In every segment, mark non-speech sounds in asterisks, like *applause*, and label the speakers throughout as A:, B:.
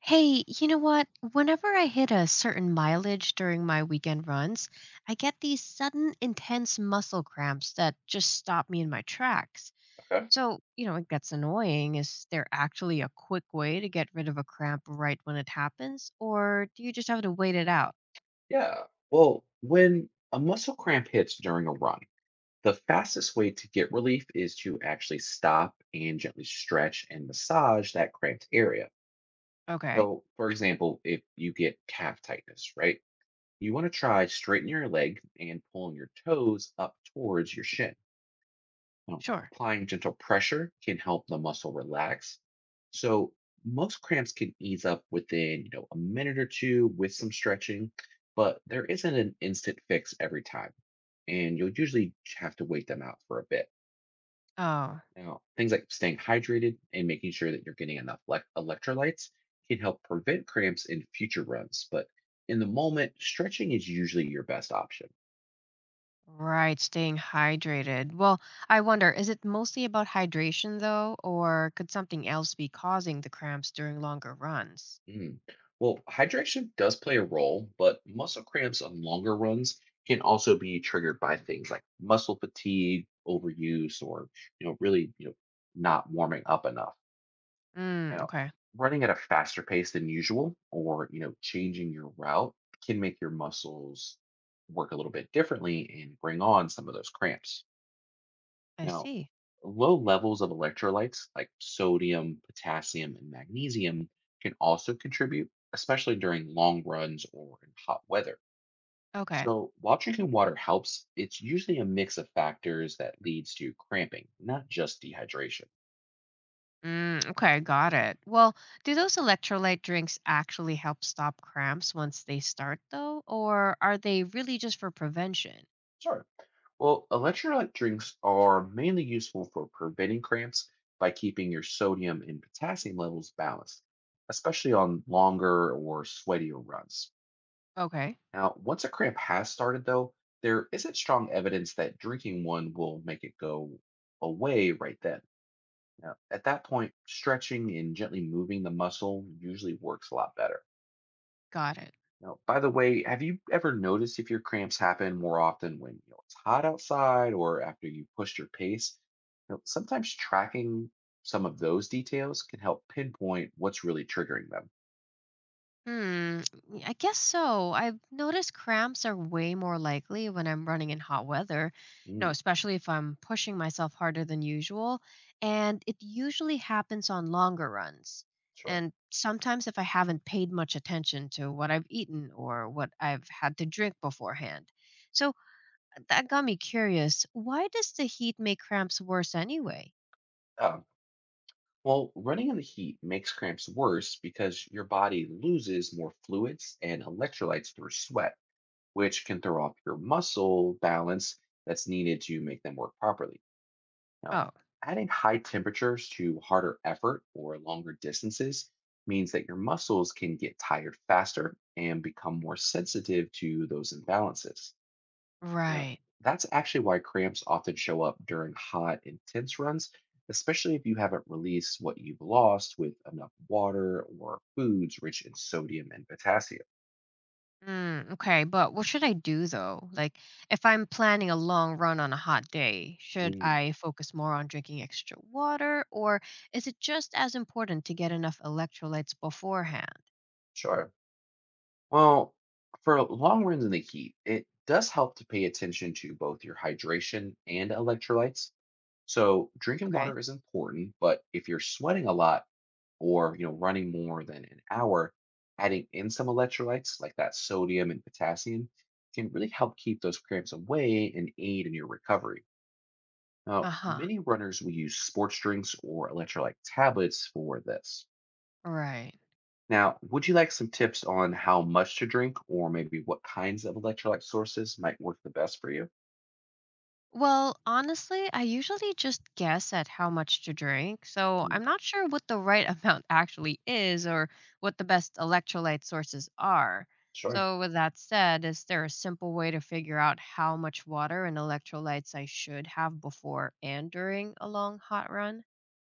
A: Hey, you know what? Whenever I hit a certain mileage during my weekend runs, I get these sudden intense muscle cramps that just stop me in my tracks.
B: Okay.
A: So, it gets annoying. Is there actually a quick way to get rid of a cramp right when it happens? Or do you just have to wait it out?
B: Yeah. Well, when a muscle cramp hits during a run, the fastest way to get relief is to actually stop and gently stretch and massage that cramped area.
A: Okay,
B: So, for example, if you get calf tightness, right, you want to try straightening your leg and pulling your toes up towards your shin. Now,
A: sure.
B: applying gentle pressure can help the muscle relax. So most cramps can ease up within, a minute or two with some stretching, but there isn't an instant fix every time. And you'll usually have to wait them out for a bit.
A: Oh,
B: Now, things like staying hydrated and making sure that you're getting enough electrolytes can help prevent cramps in future runs, but in the moment, stretching is usually your best option.
A: right. Staying hydrated. Well, I wonder, is it mostly about hydration though? Or could something else be causing the cramps during longer runs?
B: Mm. Well, hydration does play a role, but muscle cramps on longer runs can also be triggered by things like muscle fatigue, overuse, or you know, really, you know, not warming up enough. Now,
A: Okay.
B: running at a faster pace than usual, or changing your route can make your muscles work a little bit differently and bring on some of those cramps.
A: I
B: Now,
A: see.
B: low levels of electrolytes like sodium, potassium, and magnesium can also contribute, especially during long runs or in hot weather.
A: Okay.
B: So, while drinking water helps, it's usually a mix of factors that leads to cramping, not just dehydration.
A: Okay, got it. Well, do those electrolyte drinks actually help stop cramps once they start, though? Or are they really just for prevention?
B: Sure. Well, electrolyte drinks are mainly useful for preventing cramps by keeping your sodium and potassium levels balanced, especially on longer or sweatier runs.
A: Okay,
B: Now, once a cramp has started, though, there isn't strong evidence that drinking one will make it go away right then. Now, at that point, stretching and gently moving the muscle usually works a lot better.
A: got it.
B: Now, by the way, have you ever noticed if your cramps happen more often when it's hot outside or after you pushed your pace? You know, sometimes tracking some of those details can help pinpoint what's really triggering them.
A: Hmm, I guess so. I've noticed cramps are way more likely when I'm running in hot weather,
B: Mm.
A: especially if I'm pushing myself harder than usual. And it usually happens on longer runs.
B: Sure.
A: And sometimes if I haven't paid much attention to what I've eaten or what I've had to drink beforehand. So that got me curious. Why does the heat make cramps worse anyway?
B: Yeah. Well, running in the heat makes cramps worse because your body loses more fluids and electrolytes through sweat, which can throw off your muscle balance that's needed to make them work properly. Now,
A: Oh,
B: adding high temperatures to harder effort or longer distances means that your muscles can get tired faster and become more sensitive to those imbalances. Yeah.
A: right.
B: That's actually why cramps often show up during hot, intense runs, especially if you haven't released what you've lost with enough water or foods rich in sodium and potassium.
A: Okay, but what should I do though? Like, if I'm planning a long run on a hot day, should
B: Mm.
A: I focus more on drinking extra water, or is it just as important to get enough electrolytes beforehand?
B: Sure. Well, for long runs in the heat, it does help to pay attention to both your hydration and electrolytes. So drinking
A: Okay.
B: water is important, but if you're sweating a lot or running more than an hour, adding in some electrolytes like that sodium and potassium can really help keep those cramps away and aid in your recovery.
A: Uh
B: Now,
A: huh.
B: many runners will use sports drinks or electrolyte tablets for this.
A: Right.
B: Now, would you like some tips on how much to drink or maybe what kinds of electrolyte sources might work the best for you?
A: Well, honestly, I usually just guess at how much to drink, so I'm
B: Mm.
A: not sure what the right *laughs* amount actually is or what the best electrolyte sources are.
B: Sure.
A: So, with that said, is there a simple way to figure out how much water and electrolytes I should have before and during a long hot run?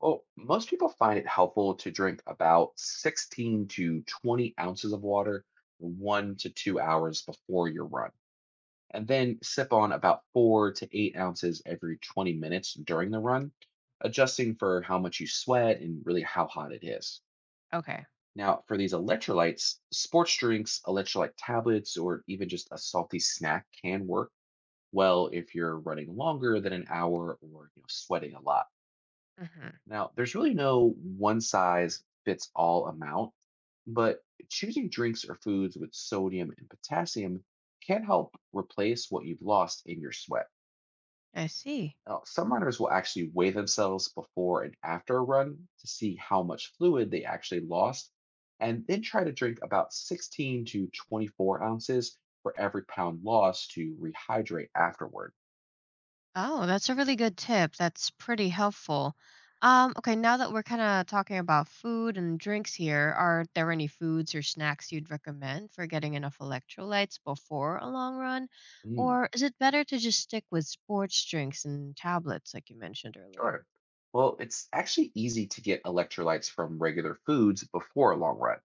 B: Well, most people find it helpful to drink about 16 to 20 ounces of water 1 to 2 hours before your run, and then sip on about 4 to 8 ounces every 20 minutes during the run, adjusting for how much you sweat and really how hot it is.
A: Okay.
B: Now, for these electrolytes, sports drinks, electrolyte tablets, or even just a salty snack can work well if you're running longer than an hour or sweating a lot.
A: Hmm.
B: Now, there's really no one size fits all amount, but choosing drinks or foods with sodium and potassium can help replace what you've lost in your sweat.
A: I see.
B: Now, some runners will actually weigh themselves before and after a run to see how much fluid they actually lost, and then try to drink about 16 to 24 ounces for every pound lost to rehydrate afterward.
A: Oh, that's a really good tip. That's pretty helpful. Okay, now that we're kind of talking about food and drinks here, are there any foods or snacks you'd recommend for getting enough electrolytes before a long run?
B: Hmm.
A: Or is it better to just stick with sports drinks and tablets like you mentioned earlier?
B: Sure. Well, it's actually easy to get electrolytes from regular foods before a long run.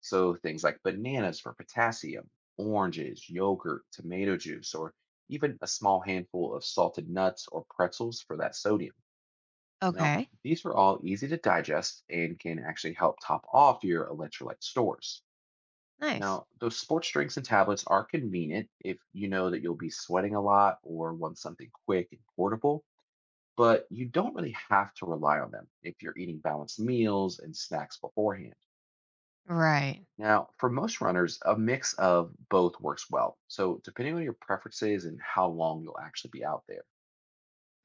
B: So things like bananas for potassium, oranges, yogurt, tomato juice, or even a small handful of salted nuts or pretzels for that sodium. Now,
A: Okay,
B: these are all easy to digest and can actually help top off your electrolyte stores.
A: nice.
B: Now, those sports drinks and tablets are convenient if you know that you'll be sweating a lot or want something quick and portable, but you don't really have to rely on them if you're eating balanced meals and snacks beforehand.
A: Right.
B: Now, for most runners, a mix of both works well. So, depending on your preferences and how long you'll actually be out there.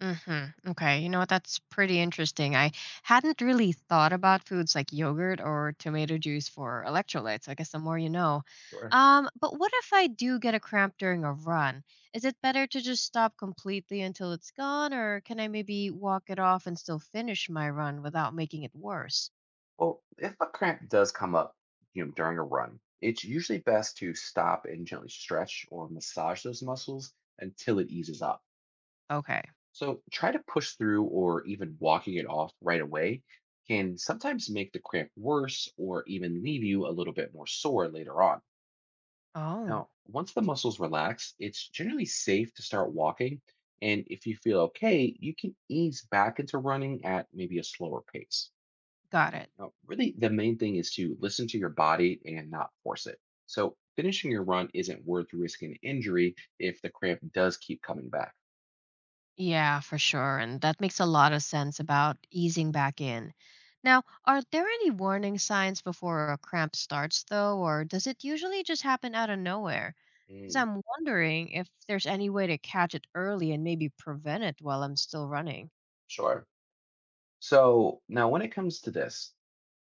A: Mm-hmm. Okay. You know what? That's pretty interesting. I hadn't really thought about foods like yogurt or tomato juice for electrolytes. I guess the more you know.
B: Sure.
A: But what if I do get a cramp during a run? Is it better to just stop completely until it's gone, or can I maybe walk it off and still finish my run without making it worse?
B: Well, if a cramp does come up, during a run, it's usually best to stop and gently stretch or massage those muscles until it eases up.
A: Okay.
B: So try to push through or even walking it off right away can sometimes make the cramp worse or even leave you a little bit more sore later on.
A: Oh,
B: Now, once the muscles relax, it's generally safe to start walking. And if you feel okay, you can ease back into running at maybe a slower pace.
A: got it.
B: Now, really, the main thing is to listen to your body and not force it. So, finishing your run isn't worth risking injury if the cramp does keep coming back.
A: Yeah, for sure. And that makes a lot of sense about easing back in. Now, are there any warning signs before a cramp starts, though, or does it usually just happen out of nowhere? Because
B: Mm.
A: I'm wondering if there's any way to catch it early and maybe prevent it while I'm still running.
B: Sure. So now, when it comes to this,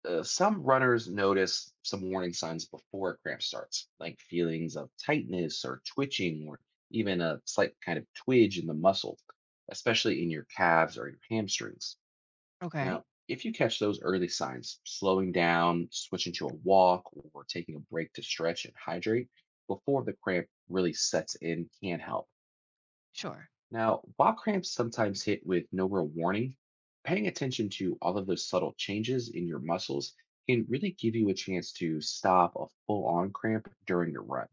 B: some runners notice some warning signs before a cramp starts, like feelings of tightness or twitching, or even a slight kind of twinge in the muscle, especially in your calves or your hamstrings.
A: Okay,
B: Now, if you catch those early signs, slowing down, switching to a walk, or taking a break to stretch and hydrate before the cramp really sets in can help.
A: sure.
B: Now, while cramps sometimes hit with no real warning, paying attention to all of those subtle changes in your muscles can really give you a chance to stop a full on cramp during your run.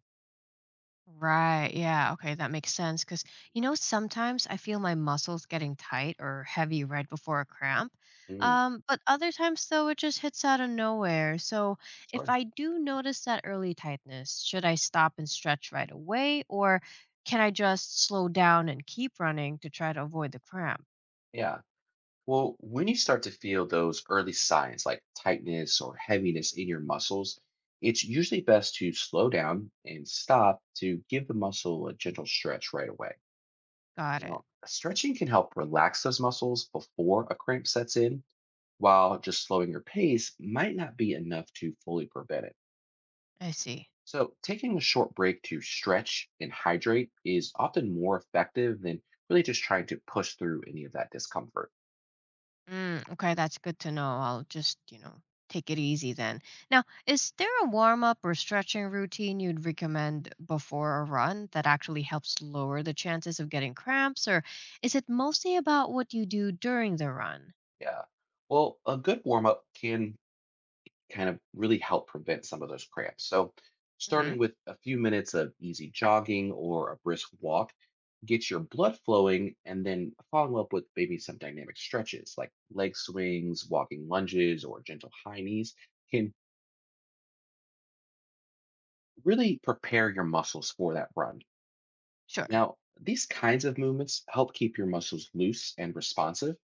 A: Right. Yeah. Okay. That makes sense. Because, sometimes I feel my muscles getting tight or heavy right before a cramp.
B: Mm.
A: But other times, though, it just hits out of nowhere. So if
B: Sure.
A: I do notice that early tightness, should I stop and stretch right away? Or can I just slow down and keep running to try to avoid the cramp?
B: Yeah. Well, when you start to feel those early signs like tightness or heaviness in your muscles, it's usually best to slow down and stop to give the muscle a gentle stretch right away.
A: Got it.
B: Now, stretching can help relax those muscles before a cramp sets in while just slowing your pace might not be enough to fully prevent it.
A: I see.
B: So, taking a short break to stretch and hydrate is often more effective than really just trying to push through any of that discomfort.
A: Okay, that's good to know. I'll just, take it easy then. Now, is there a warm up or stretching routine you'd recommend before a run that actually helps lower the chances of getting cramps, or is it mostly about what you do during the run?
B: Yeah. Well, a good warm up can kind of really help prevent some of those cramps. So,
A: Hmm.
B: starting with a few minutes of easy jogging or a brisk walk gets your blood flowing and then follow up with maybe some dynamic stretches like leg swings, walking lunges, or gentle high knees can really prepare your muscles for that run.
A: Sure.
B: Now, these kinds of movements help keep your muscles loose and responsive.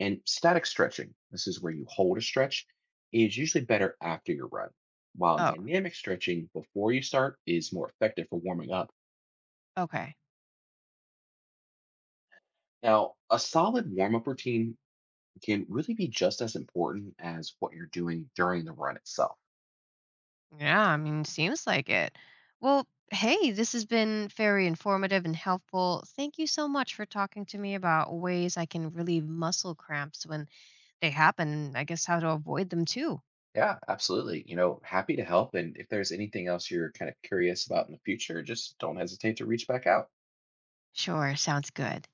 B: And static stretching, this is where you hold a stretch, is usually better after your run, while
A: Oh,
B: dynamic stretching before you start is more effective for warming up.
A: okay.
B: Now, a solid warm up routine can really be just as important as what you're doing during the run itself.
A: Yeah, I mean, seems like it. Well, hey, this has been very informative and helpful. Thank you so much for talking to me about ways I can relieve muscle cramps when they happen, and I guess how to avoid them too.
B: Yeah, absolutely. You know, happy to help. And if there's anything else you're kind of curious about in the future, just don't hesitate to reach back out.
A: Sure, sounds good.